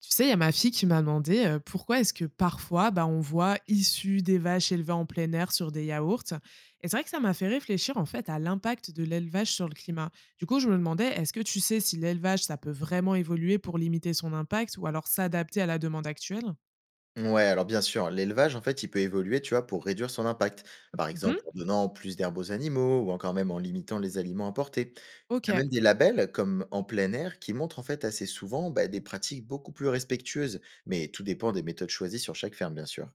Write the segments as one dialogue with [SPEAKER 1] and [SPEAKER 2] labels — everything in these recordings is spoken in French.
[SPEAKER 1] Tu sais, il y a ma fille qui m'a demandé pourquoi est-ce que parfois on voit issus des vaches élevées en plein air sur des yaourts. Et c'est vrai que ça m'a fait réfléchir en fait à l'impact de l'élevage sur le climat. Du coup, je me demandais, est-ce que tu sais si l'élevage, ça peut vraiment évoluer pour limiter son impact ou alors s'adapter à la demande actuelle?
[SPEAKER 2] Ouais, alors bien sûr, l'élevage, en fait, il peut évoluer, tu vois, pour réduire son impact. Par
[SPEAKER 1] Mhm.
[SPEAKER 2] exemple, en donnant plus d'herbes aux animaux ou encore même en limitant les aliments importés.
[SPEAKER 1] Ok.
[SPEAKER 2] Il y a même des labels comme en plein air qui montrent en fait assez souvent bah, des pratiques beaucoup plus respectueuses. Mais tout dépend des méthodes choisies sur chaque ferme, bien sûr.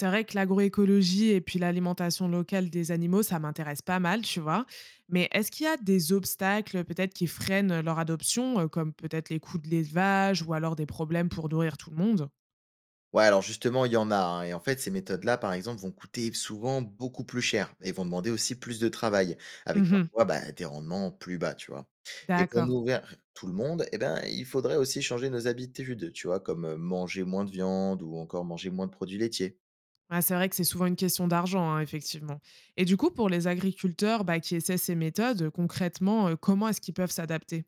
[SPEAKER 1] C'est vrai que l'agroécologie et puis l'alimentation locale des animaux, ça m'intéresse pas mal, tu vois. Mais est-ce qu'il y a des obstacles peut-être qui freinent leur adoption, comme peut-être les coûts de l'élevage ou alors des problèmes pour nourrir tout le monde?
[SPEAKER 2] Ouais, alors justement, il y en a, hein, et en fait, ces méthodes-là, par exemple, vont coûter souvent beaucoup plus cher et vont demander aussi plus de travail, avec
[SPEAKER 1] Mhm.
[SPEAKER 2] parfois bah, des rendements plus bas, tu vois. Et pour
[SPEAKER 1] D'accord.
[SPEAKER 2] nourrir tout le monde, eh ben, il faudrait aussi changer nos habitudes, tu vois, comme manger moins de viande ou encore manger moins de produits laitiers.
[SPEAKER 1] Ouais, c'est vrai que c'est souvent une question d'argent, hein, effectivement. Et du coup, pour les agriculteurs qui essaient ces méthodes, concrètement, comment est-ce qu'ils peuvent s'adapter?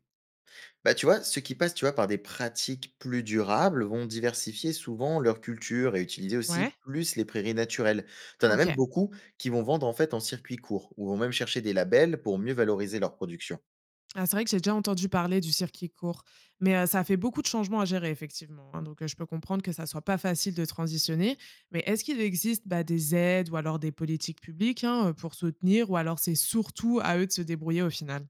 [SPEAKER 2] Bah, tu vois, ceux qui passent, tu vois, par des pratiques plus durables vont diversifier souvent leur culture et utiliser aussi
[SPEAKER 1] Ouais,
[SPEAKER 2] plus les prairies naturelles. T'en as
[SPEAKER 1] ok.
[SPEAKER 2] même beaucoup qui vont vendre en fait en circuit court ou vont même chercher des labels pour mieux valoriser leur production.
[SPEAKER 1] Ah, c'est vrai que j'ai déjà entendu parler du circuit court, mais ça fait beaucoup de changements à gérer effectivement, hein, donc je peux comprendre que ça soit pas facile de transitionner. Mais est-ce qu'il existe, bah, des aides ou alors des politiques publiques, hein, pour soutenir ou alors c'est surtout à eux de se débrouiller au final?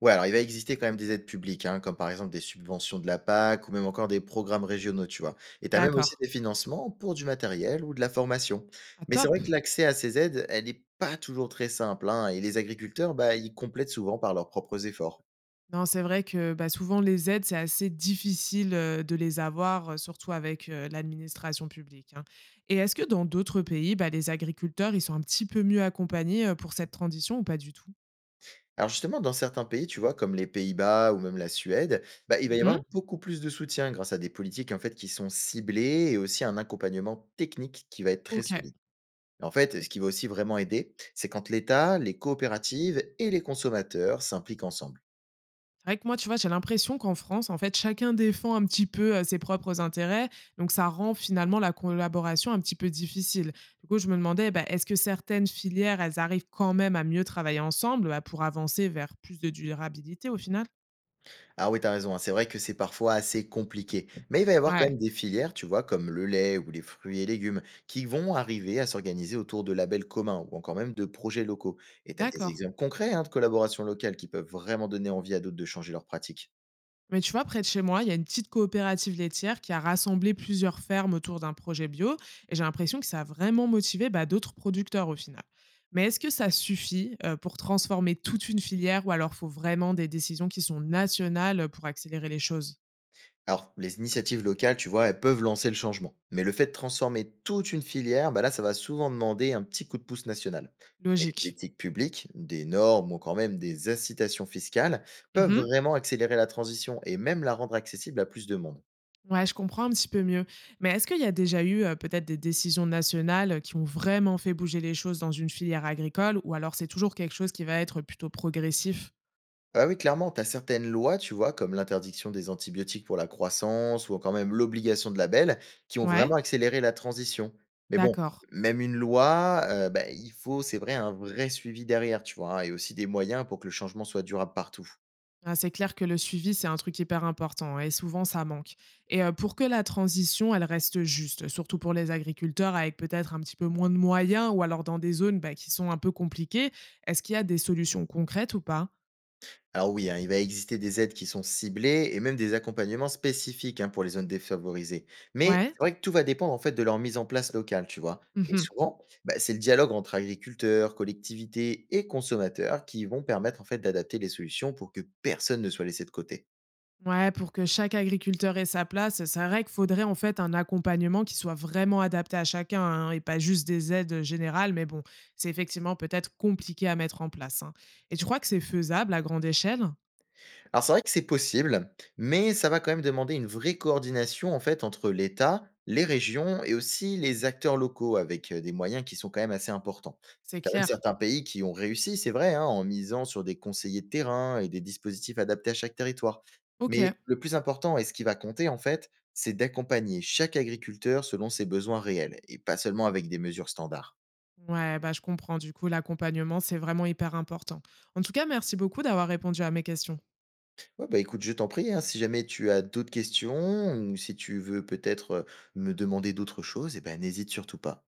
[SPEAKER 2] Ouais, alors il va exister quand même des aides publiques, hein, comme par exemple des subventions de la PAC ou même encore des programmes régionaux, tu vois. Et tu as même aussi
[SPEAKER 1] D'accord.
[SPEAKER 2] des financements pour du matériel ou de la formation.
[SPEAKER 1] Ah
[SPEAKER 2] Mais c'est
[SPEAKER 1] top!
[SPEAKER 2] vrai que l'accès à ces aides, elle n'est pas toujours très simple, hein, et les agriculteurs, bah, ils complètent souvent par leurs propres efforts.
[SPEAKER 1] Non, c'est vrai que, bah, souvent les aides, c'est assez difficile, de les avoir, surtout avec, l'administration publique, hein. Et est-ce que dans d'autres pays, bah, les agriculteurs, ils sont un petit peu mieux accompagnés, pour cette transition ou pas du tout?
[SPEAKER 2] Alors justement, dans certains pays, tu vois, comme les Pays-Bas ou même la Suède, bah, il va y avoir
[SPEAKER 1] Mmh.
[SPEAKER 2] beaucoup plus de soutien grâce à des politiques en fait qui sont ciblées et aussi un accompagnement technique qui va être très
[SPEAKER 1] OK.
[SPEAKER 2] solide. En fait, ce qui va aussi vraiment aider, c'est quand l'État, les coopératives et les consommateurs s'impliquent ensemble.
[SPEAKER 1] C'est vrai que moi, tu vois, j'ai l'impression qu'en France, en fait, chacun défend un petit peu, ses propres intérêts, donc ça rend finalement la collaboration un petit peu difficile. Du coup, je me demandais, bah, est-ce que certaines filières, elles arrivent quand même à mieux travailler ensemble, bah, pour avancer vers plus de durabilité au final?
[SPEAKER 2] Ah oui, t'as raison, hein, c'est vrai que c'est parfois assez compliqué, mais il va y avoir quand
[SPEAKER 1] Ouais,
[SPEAKER 2] même des filières, tu vois, comme le lait ou les fruits et légumes, qui vont arriver à s'organiser autour de labels communs ou encore même de projets locaux. Et t'as des
[SPEAKER 1] d'accord.
[SPEAKER 2] exemples concrets hein, de collaborations locales qui peuvent vraiment donner envie à d'autres de changer leurs pratiques.
[SPEAKER 1] Mais tu vois, près de chez moi, il y a une petite coopérative laitière qui a rassemblé plusieurs fermes autour d'un projet bio et j'ai l'impression que ça a vraiment motivé d'autres producteurs au final. Mais est-ce que ça suffit pour transformer toute une filière ou alors faut vraiment des décisions qui sont nationales pour accélérer les choses?
[SPEAKER 2] Alors, les initiatives locales, tu vois, elles peuvent lancer le changement. Mais le fait de transformer toute une filière, bah là, ça va souvent demander un petit coup de pouce national. Et les
[SPEAKER 1] Logique.
[SPEAKER 2] politiques publiques, des normes ou quand même des incitations fiscales peuvent
[SPEAKER 1] Mhm.
[SPEAKER 2] vraiment accélérer la transition et même la rendre accessible à plus de monde.
[SPEAKER 1] Ouais, je comprends un petit peu mieux. Mais est-ce qu'il y a déjà eu peut-être des décisions nationales qui ont vraiment fait bouger les choses dans une filière agricole ou alors c'est toujours quelque chose qui va être plutôt progressif?
[SPEAKER 2] Ah oui, clairement, tu as certaines lois, tu vois, comme l'interdiction des antibiotiques pour la croissance ou quand même l'obligation de label, qui ont
[SPEAKER 1] Ouais,
[SPEAKER 2] vraiment accéléré la transition. Mais bon,
[SPEAKER 1] d'accord.
[SPEAKER 2] même une loi, bah, il faut, c'est vrai, un vrai suivi derrière, tu vois, hein, et aussi des moyens pour que le changement soit durable partout.
[SPEAKER 1] Ah, c'est clair que le suivi, c'est un truc hyper important et souvent ça manque. Et pour que la transition, elle reste juste, surtout pour les agriculteurs avec peut-être un petit peu moins de moyens ou alors dans des zones bah, qui sont un peu compliquées, est-ce qu'il y a des solutions concrètes ou pas?
[SPEAKER 2] Alors oui, hein, il va exister des aides qui sont ciblées et même des accompagnements spécifiques hein, pour les zones défavorisées. Mais
[SPEAKER 1] Ouais.
[SPEAKER 2] c'est vrai que tout va dépendre en fait de leur mise en place locale, tu vois. Et
[SPEAKER 1] Mhm.
[SPEAKER 2] souvent, bah, c'est le dialogue entre agriculteurs, collectivités et consommateurs qui vont permettre en fait d'adapter les solutions pour que personne ne soit laissé de côté.
[SPEAKER 1] Ouais, pour que chaque agriculteur ait sa place, c'est vrai qu'il faudrait en fait un accompagnement qui soit vraiment adapté à chacun, hein, et pas juste des aides générales, mais bon, c'est effectivement peut-être compliqué à mettre en place, hein. Et tu crois que c'est faisable à grande échelle?
[SPEAKER 2] Alors c'est vrai que c'est possible, mais ça va quand même demander une vraie coordination en fait entre l'État, les régions et aussi les acteurs locaux avec des moyens qui sont quand même assez importants.
[SPEAKER 1] C'est
[SPEAKER 2] Il y a même
[SPEAKER 1] clair.
[SPEAKER 2] certains pays qui ont réussi, c'est vrai, hein, en misant sur des conseillers de terrain et des dispositifs adaptés à chaque territoire.
[SPEAKER 1] Ok.
[SPEAKER 2] Mais le plus important et ce qui va compter en fait, c'est d'accompagner chaque agriculteur selon ses besoins réels et pas seulement avec des mesures standards.
[SPEAKER 1] Ouais, bah, je comprends. Du coup, l'accompagnement, c'est vraiment hyper important. En tout cas, merci beaucoup d'avoir répondu à mes questions.
[SPEAKER 2] Ouais, bah, écoute, je t'en prie, hein, si jamais tu as d'autres questions ou si tu veux peut-être, me demander d'autres choses, eh ben, n'hésite surtout pas.